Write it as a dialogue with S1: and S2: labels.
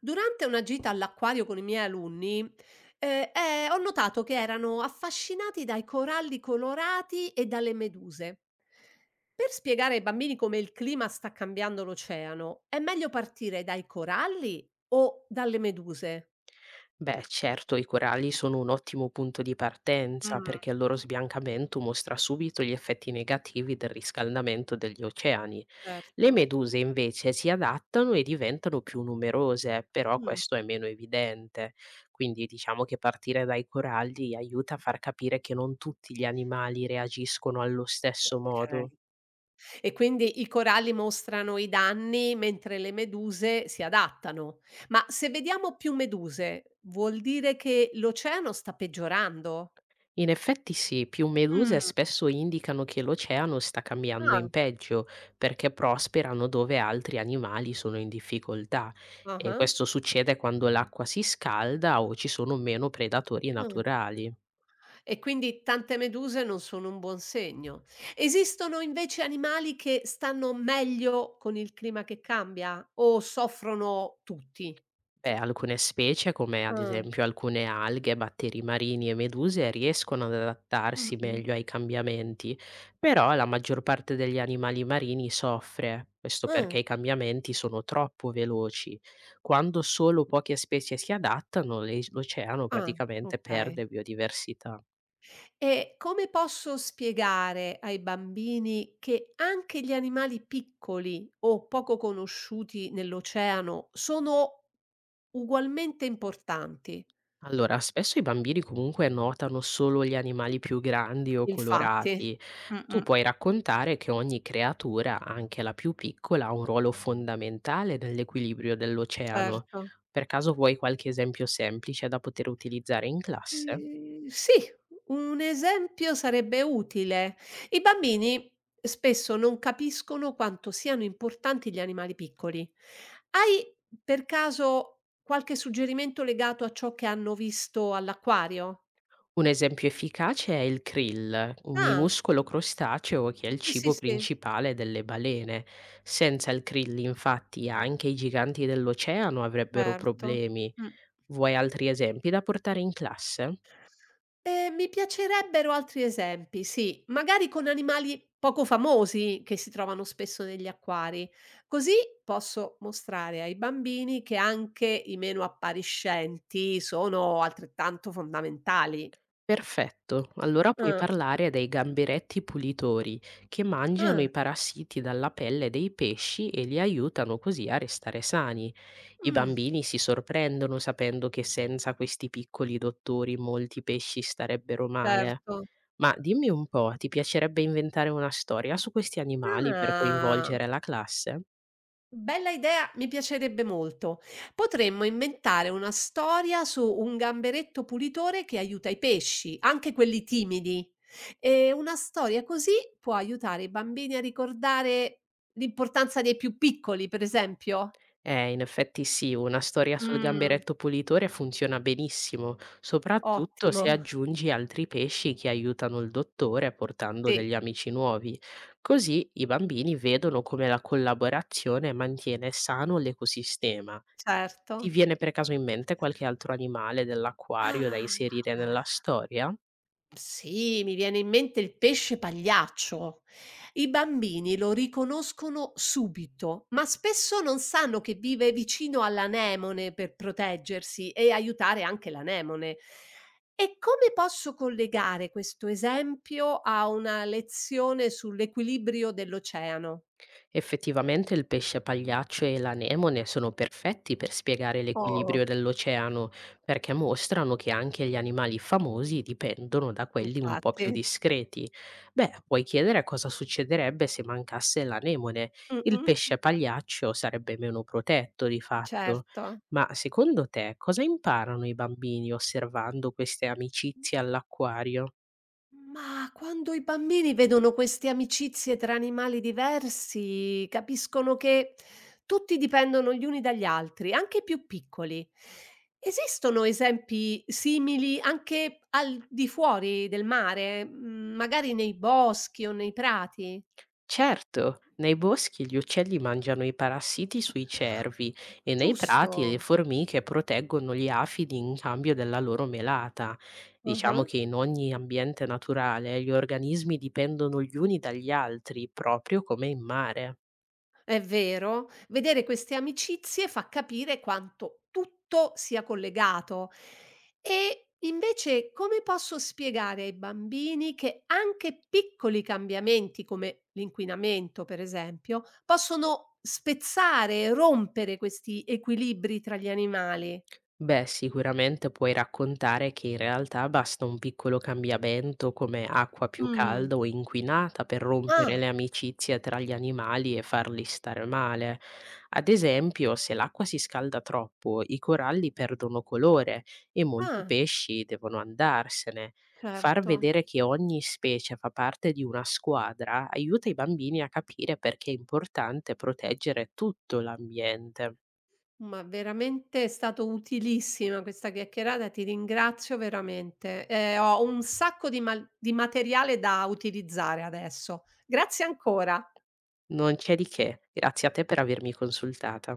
S1: Durante una gita all'acquario con i miei alunni, ho notato che erano affascinati dai coralli colorati e dalle meduse. Per spiegare ai bambini come il clima sta cambiando l'oceano, è meglio partire dai coralli o dalle meduse?
S2: Beh, certo, i coralli sono un ottimo punto di partenza
S1: Mm.
S2: perché il loro sbiancamento mostra subito gli effetti negativi del riscaldamento degli oceani. Le
S1: Certo.
S2: meduse invece si adattano e diventano più numerose, però
S1: Mm.
S2: questo è meno evidente. Quindi diciamo che partire dai coralli aiuta a far capire che non tutti gli animali reagiscono allo stesso
S1: Ok.
S2: modo.
S1: E quindi i coralli mostrano i danni mentre le meduse si adattano. Ma se vediamo più meduse, vuol dire che l'oceano sta peggiorando?
S2: In effetti sì, più meduse
S1: Mh.
S2: spesso indicano che l'oceano sta cambiando
S1: Ah.
S2: in peggio perché prosperano dove altri animali sono in difficoltà e
S1: Ah-ah.
S2: questo succede quando l'acqua si scalda o ci sono meno predatori
S1: Mh.
S2: naturali.
S1: E quindi tante meduse non sono un buon segno. Esistono invece animali che stanno meglio con il clima che cambia o soffrono tutti?
S2: Beh, alcune specie, come ad
S1: Ah.
S2: esempio alcune alghe, batteri marini e meduse, riescono ad adattarsi
S1: Mh-mh.
S2: meglio ai cambiamenti, però la maggior parte degli animali marini soffre, questo perché
S1: Ah.
S2: i cambiamenti sono troppo veloci. Quando solo poche specie si adattano, l'oceano
S1: Ah,
S2: praticamente
S1: okay.
S2: perde biodiversità.
S1: E come posso spiegare ai bambini che anche gli animali piccoli o poco conosciuti nell'oceano sono ugualmente importanti?
S2: Allora, spesso i bambini comunque notano solo gli animali più grandi o
S1: Infatti.
S2: colorati. Tu
S1: Mh-mh.
S2: puoi raccontare che ogni creatura, anche la più piccola, ha un ruolo fondamentale nell'equilibrio dell'oceano.
S1: Certo.
S2: Per caso vuoi qualche esempio semplice da poter utilizzare in classe?
S1: Sì, un esempio sarebbe utile. I bambini spesso non capiscono quanto siano importanti gli animali piccoli. Hai per caso qualche suggerimento legato a ciò che hanno visto all'acquario?
S2: Un esempio efficace è il krill, un
S1: Ah,
S2: minuscolo crostaceo che è il
S1: sì, sì,
S2: cibo
S1: sì,
S2: principale delle balene. Senza il krill, infatti, anche i giganti dell'oceano avrebbero
S1: certo.
S2: problemi.
S1: Mh.
S2: Vuoi altri esempi da portare in classe?
S1: Mi piacerebbero altri esempi, sì, magari con animali poco famosi che si trovano spesso negli acquari. Così posso mostrare ai bambini che anche i meno appariscenti sono altrettanto fondamentali.
S2: Perfetto, allora puoi
S1: Ah,
S2: parlare dei gamberetti pulitori che mangiano i
S1: ah,
S2: parassiti dalla pelle dei pesci e li aiutano così a restare sani. I
S1: mh,
S2: bambini si sorprendono sapendo che senza questi piccoli dottori molti pesci starebbero male.
S1: certo.
S2: Ma dimmi un po', ti piacerebbe inventare una storia su questi animali per
S1: Ah.
S2: coinvolgere la classe?
S1: Bella idea, mi piacerebbe molto. Potremmo inventare una storia su un gamberetto pulitore che aiuta i pesci, anche quelli timidi. E una storia così può aiutare i bambini a ricordare l'importanza dei più piccoli, per esempio.
S2: In effetti sì, una storia sul
S1: Mh.
S2: gamberetto pulitore funziona benissimo, soprattutto
S1: Ottimo.
S2: se aggiungi altri pesci che aiutano il dottore portando
S1: Sì,
S2: degli amici nuovi. Così i bambini vedono come la collaborazione mantiene sano l'ecosistema. Ti
S1: certo.
S2: viene per caso in mente qualche altro animale dell'acquario da
S1: Ah.
S2: inserire nella storia?
S1: Sì, mi viene in mente il pesce pagliaccio. I bambini lo riconoscono subito, ma spesso non sanno che vive vicino all'anemone per proteggersi e aiutare anche l'anemone. E come posso collegare questo esempio a una lezione sull'equilibrio dell'oceano?
S2: Effettivamente il pesce pagliaccio e l'anemone sono perfetti per spiegare
S1: Oh,
S2: l'equilibrio dell'oceano, perché mostrano che anche gli animali famosi dipendono da quelli un po' più
S1: infatti.
S2: discreti. Beh, puoi chiedere cosa succederebbe se mancasse l'anemone.
S1: Mm,
S2: Il
S1: mm,
S2: pesce pagliaccio sarebbe meno protetto di fatto.
S1: certo.
S2: Ma secondo te cosa imparano i bambini osservando queste amicizie all'acquario?
S1: Ma quando i bambini vedono queste amicizie tra animali diversi, capiscono che tutti dipendono gli uni dagli altri, anche i più piccoli. Esistono esempi simili anche al di fuori del mare, magari nei boschi o nei prati?
S2: Certo, nei boschi gli uccelli mangiano i parassiti sui cervi e nei
S1: Giusto.
S2: prati le formiche proteggono gli afidi in cambio della loro melata. Diciamo
S1: Ah-ah.
S2: che in ogni ambiente naturale gli organismi dipendono gli uni dagli altri, proprio come in mare.
S1: È vero, vedere queste amicizie fa capire quanto tutto sia collegato. E invece come posso spiegare ai bambini che anche piccoli cambiamenti come l'inquinamento, per esempio, possono spezzare e rompere questi equilibri tra gli animali?
S2: Beh, sicuramente puoi raccontare che in realtà basta un piccolo cambiamento come acqua più
S1: Mm.
S2: calda o inquinata per rompere
S1: Ah,
S2: le amicizie tra gli animali e farli stare male. Ad esempio, se l'acqua si scalda troppo, i coralli perdono colore e molti
S1: ah,
S2: pesci devono andarsene. Far
S1: certo.
S2: vedere che ogni specie fa parte di una squadra aiuta i bambini a capire perché è importante proteggere tutto l'ambiente.
S1: Ma veramente è stato utilissima questa chiacchierata, ti ringrazio veramente. Ho un sacco di mal di materiale da utilizzare adesso. Grazie ancora.
S2: Non c'è di che, grazie a te per avermi consultata.